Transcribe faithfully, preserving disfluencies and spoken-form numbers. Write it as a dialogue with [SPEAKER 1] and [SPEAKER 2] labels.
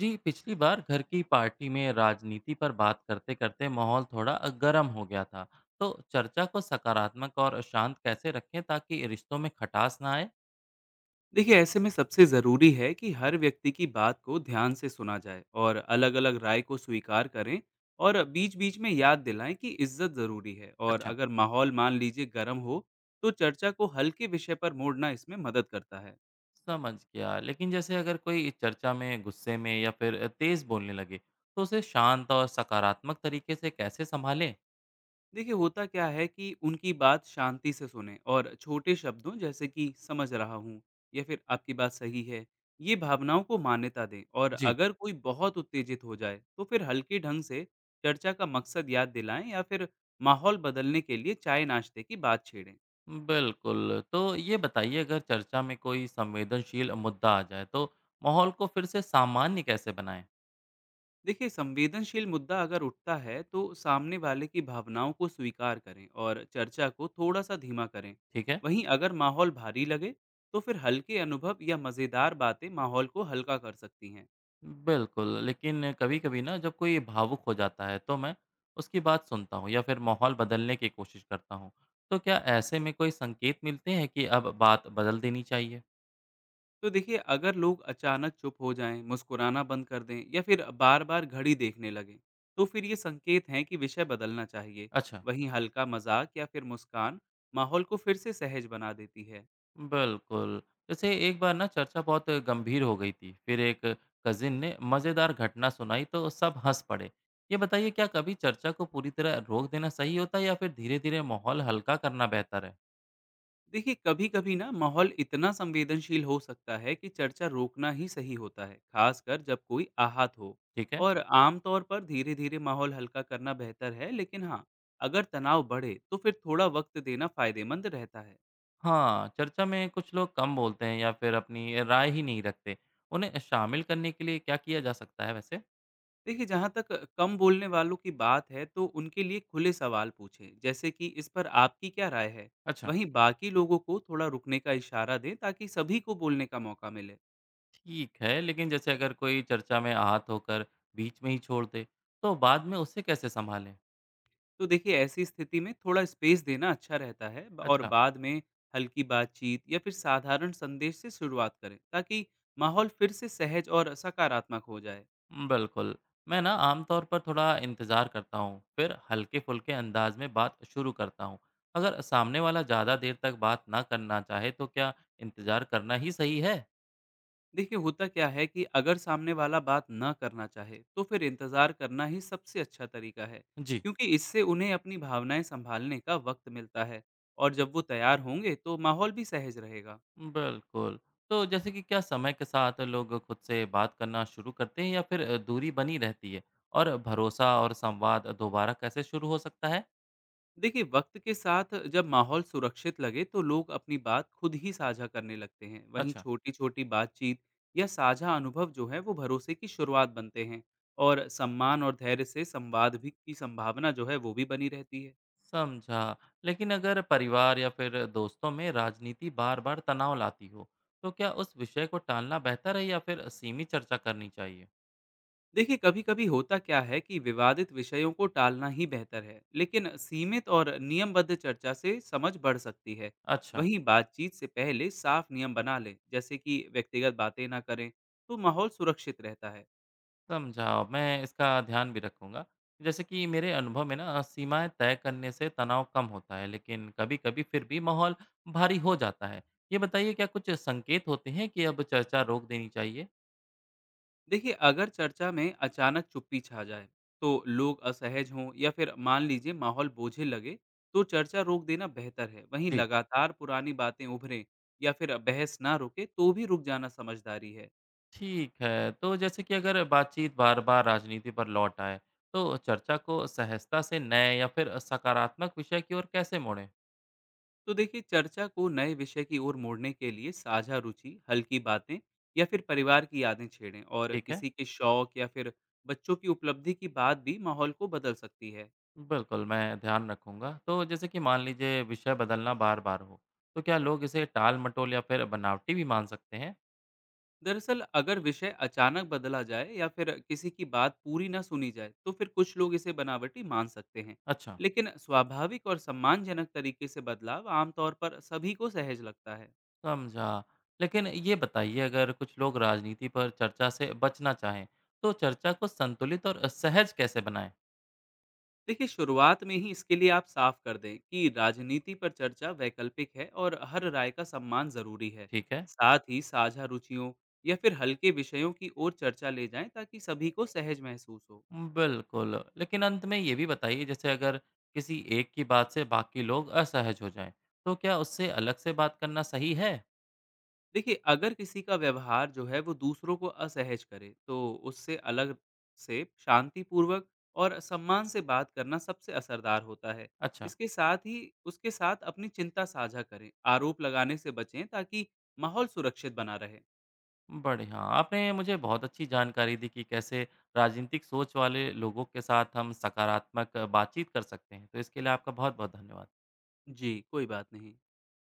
[SPEAKER 1] जी पिछली बार घर की पार्टी में राजनीति पर बात करते करते माहौल थोड़ा गर्म हो गया था। तो चर्चा को सकारात्मक और शांत कैसे रखें ताकि रिश्तों में खटास ना आए।
[SPEAKER 2] देखिए ऐसे में सबसे ज़रूरी है कि हर व्यक्ति की बात को ध्यान से सुना जाए और अलग अलग राय को स्वीकार करें। और बीच बीच में याद दिलाएं कि इज्जत ज़रूरी है और
[SPEAKER 1] अच्छा,
[SPEAKER 2] अगर माहौल मान लीजिए गर्म हो तो चर्चा को हल्के विषय पर मोड़ना इसमें मदद करता है।
[SPEAKER 1] समझ गया। लेकिन जैसे अगर कोई चर्चा में गुस्से में या फिर तेज बोलने लगे, तो उसे शांत और सकारात्मक तरीके से कैसे संभालें।
[SPEAKER 2] देखिए होता क्या है कि उनकी बात शांति से सुने और छोटे शब्दों जैसे कि समझ रहा हूँ या फिर आपकी बात सही है, ये भावनाओं को मान्यता दें। और
[SPEAKER 1] जी।
[SPEAKER 2] अगर कोई बहुत उत्तेजित हो जाए तो फिर हल्के ढंग से चर्चा का मकसद याद दिलाएं या फिर माहौल बदलने के लिए चाय नाश्ते की बात छेड़ें।
[SPEAKER 1] बिल्कुल, तो ये बताइए अगर चर्चा में कोई संवेदनशील मुद्दा आ जाए, तो माहौल को फिर से सामान्य कैसे बनाएं।
[SPEAKER 2] देखिए संवेदनशील मुद्दा अगर उठता है तो सामने वाले की भावनाओं को स्वीकार करें और चर्चा को थोड़ा सा धीमा करें।
[SPEAKER 1] ठीक है।
[SPEAKER 2] वहीं अगर माहौल भारी लगे तो फिर हल्के अनुभव या मज़ेदार बातें माहौल को हल्का कर सकती हैं।
[SPEAKER 1] बिल्कुल, लेकिन कभी-कभी ना जब कोई भावुक हो जाता है, तो मैं उसकी बात सुनता हूँ या फिर माहौल बदलने की कोशिश करता हूँ। तो क्या ऐसे में कोई संकेत मिलते हैं कि अब बात बदल देनी चाहिए?
[SPEAKER 2] तो देखिए अगर लोग अचानक चुप हो जाएं, मुस्कुराना बंद कर दें या फिर बार बार घड़ी देखने लगें तो फिर ये संकेत हैं कि विषय बदलना चाहिए।
[SPEAKER 1] अच्छा,
[SPEAKER 2] वहीं हल्का मजाक या फिर मुस्कान माहौल को फिर से सहज बना देती है।
[SPEAKER 1] बिल्कुल। जैसे एक बार ना चर्चा बहुत गंभीर हो गई थी, फिर एक कज़िन ने मज़ेदार घटना सुनाई तो सब हँस पड़े। ये बताइए क्या कभी चर्चा को पूरी तरह रोक देना सही होता है या फिर धीरे-धीरे माहौल हल्का करना बेहतर है?
[SPEAKER 2] देखिए कभी कभी ना माहौल इतना संवेदनशील हो सकता है कि चर्चा रोकना ही सही होता है, खासकर जब कोई आहत हो।
[SPEAKER 1] ठीक है।
[SPEAKER 2] और आमतौर पर धीरे धीरे माहौल हल्का करना बेहतर है, लेकिन हाँ, अगर तनाव बढ़े तो फिर थोड़ा वक्त देना फायदेमंद रहता है।
[SPEAKER 1] हाँ, चर्चा में कुछ लोग कम बोलते हैं या फिर अपनी राय ही नहीं रखते। उन्हें शामिल करने के लिए क्या किया जा सकता है वैसे?
[SPEAKER 2] देखिए जहाँ तक कम बोलने वालों की बात है तो उनके लिए खुले सवाल पूछें, जैसे कि इस पर आपकी क्या राय है।
[SPEAKER 1] अच्छा।
[SPEAKER 2] वहीं बाकी लोगों को थोड़ा रुकने का इशारा दें ताकि सभी को बोलने का मौका मिले।
[SPEAKER 1] ठीक है, लेकिन जैसे अगर कोई चर्चा में आहत होकर बीच में ही छोड़ दे, तो बाद में उसे कैसे संभालें?
[SPEAKER 2] तो देखिए ऐसी स्थिति में थोड़ा स्पेस देना अच्छा रहता है। ब- और
[SPEAKER 1] अच्छा।
[SPEAKER 2] बाद में हल्की बातचीत या फिर साधारण संदेश से शुरुआत करें ताकि माहौल फिर से सहज और सकारात्मक हो जाए।
[SPEAKER 1] हम्म, बिल्कुल। मैं ना आमतौर पर थोड़ा इंतज़ार करता हूँ, फिर हल्के-फुल्के अंदाज में बात शुरू करता हूँ। अगर सामने वाला ज़्यादा देर तक बात ना करना चाहे, तो क्या इंतज़ार करना ही सही है?
[SPEAKER 2] देखिए होता क्या है कि अगर सामने वाला बात न करना चाहे तो फिर इंतज़ार करना ही सबसे अच्छा तरीका है,
[SPEAKER 1] जी।
[SPEAKER 2] क्योंकि इससे उन्हें अपनी भावनाएं संभालने का वक्त मिलता है। और जब वो तैयार होंगे तो माहौल भी सहज रहेगा।
[SPEAKER 1] बिल्कुल। तो जैसे कि क्या समय के साथ लोग खुद से बात करना शुरू करते हैं या फिर अ, दूरी बनी रहती है? और भरोसा और संवाद दोबारा कैसे शुरू हो सकता है?
[SPEAKER 2] देखिए वक्त के साथ जब माहौल सुरक्षित लगे तो लोग अपनी बात खुद ही साझा करने लगते हैं। वहीं
[SPEAKER 1] अच्छा,
[SPEAKER 2] छोटी छोटी बातचीत या साझा अनुभव जो है वो भरोसे की शुरुआत बनते हैं। और सम्मान और धैर्य से संवाद भी की संभावना जो है वो भी बनी रहती है।
[SPEAKER 1] समझा। लेकिन अगर परिवार या फिर दोस्तों में राजनीति बार-बार तनाव लाती हो, तो क्या उस विषय को टालना बेहतर है या फिर सीमित चर्चा करनी चाहिए?
[SPEAKER 2] देखिए कभी कभी होता क्या है कि विवादित विषयों को टालना ही बेहतर है, लेकिन सीमित और नियमबद्ध चर्चा से समझ बढ़ सकती है।
[SPEAKER 1] अच्छा।
[SPEAKER 2] वहीं बातचीत से पहले साफ नियम बना लें, जैसे कि व्यक्तिगत बातें ना करें, तो माहौल सुरक्षित रहता है।
[SPEAKER 1] समझा। मैं इसका ध्यान भी रखूँगा। जैसे कि मेरे अनुभव में ना सीमाएँ तय करने से तनाव कम होता है, लेकिन कभी-कभी फिर भी माहौल भारी हो जाता है। ये बताइए क्या कुछ संकेत होते हैं कि अब चर्चा रोक देनी चाहिए?
[SPEAKER 2] देखिए अगर चर्चा में अचानक चुप्पी छा जाए, तो लोग असहज हों या फिर मान लीजिए माहौल बोझिल लगे, तो चर्चा रोक देना बेहतर है। वहीं
[SPEAKER 1] जी।
[SPEAKER 2] लगातार पुरानी बातें उभरें या फिर बहस ना रुके तो भी रुक जाना समझदारी है।
[SPEAKER 1] ठीक है, तो जैसे कि अगर बातचीत बार-बार राजनीति पर लौट आए, तो चर्चा को सहजता से नए या फिर सकारात्मक विषय की ओर कैसे मोड़ें?
[SPEAKER 2] तो देखिए चर्चा को नए विषय की ओर मोड़ने के लिए साझा रुचि, हल्की बातें या फिर परिवार की यादें छेड़ें। और
[SPEAKER 1] ठीक है।
[SPEAKER 2] किसी के शौक या फिर बच्चों की उपलब्धि की बात भी माहौल को बदल सकती है।
[SPEAKER 1] बिल्कुल, मैं ध्यान रखूँगा। तो जैसे कि मान लीजिए विषय बदलना बार-बार हो, तो क्या लोग इसे टाल-मटोल या फिर बनावटी भी मान सकते हैं?
[SPEAKER 2] दरअसल अगर विषय अचानक बदला जाए या फिर किसी की बात पूरी न सुनी जाए तो फिर कुछ लोग इसे बनावटी मान सकते हैं।
[SPEAKER 1] अच्छा,
[SPEAKER 2] लेकिन स्वाभाविक और सम्मानजनक तरीके से बदलाव आमतौर पर सभी को सहज लगता है।
[SPEAKER 1] समझा। लेकिन ये बताइए अगर कुछ लोग राजनीति पर चर्चा से बचना चाहें, तो चर्चा को संतुलित और सहज कैसे बनाएँ?
[SPEAKER 2] देखिए शुरुआत में ही इसके लिए आप साफ कर दें कि राजनीति पर चर्चा वैकल्पिक है और हर राय का सम्मान जरूरी है।
[SPEAKER 1] ठीक है।
[SPEAKER 2] साथ ही साझा रुचियों या फिर हल्के विषयों की ओर चर्चा ले जाएं ताकि सभी को सहज महसूस हो।
[SPEAKER 1] बिल्कुल, लेकिन अंत में ये भी बताइए जैसे अगर किसी एक की बात से बाकी लोग असहज हो जाएँ, तो क्या उससे अलग से बात करना सही है?
[SPEAKER 2] देखिए, अगर किसी का व्यवहार जो है वो दूसरों को असहज करे, तो उससे अलग से शांतिपूर्वक और सम्मान से बात करना सबसे असरदार होता है।
[SPEAKER 1] अच्छा।
[SPEAKER 2] इसके साथ ही उसके साथ अपनी चिंता साझा करें, आरोप लगाने से बचें ताकि माहौल सुरक्षित बना रहे।
[SPEAKER 1] बढ़िया। आपने मुझे बहुत अच्छी जानकारी दी कि कैसे राजनीतिक सोच वाले लोगों के साथ हम सकारात्मक बातचीत कर सकते हैं। तो इसके लिए आपका बहुत-बहुत धन्यवाद।
[SPEAKER 2] जी, कोई बात नहीं।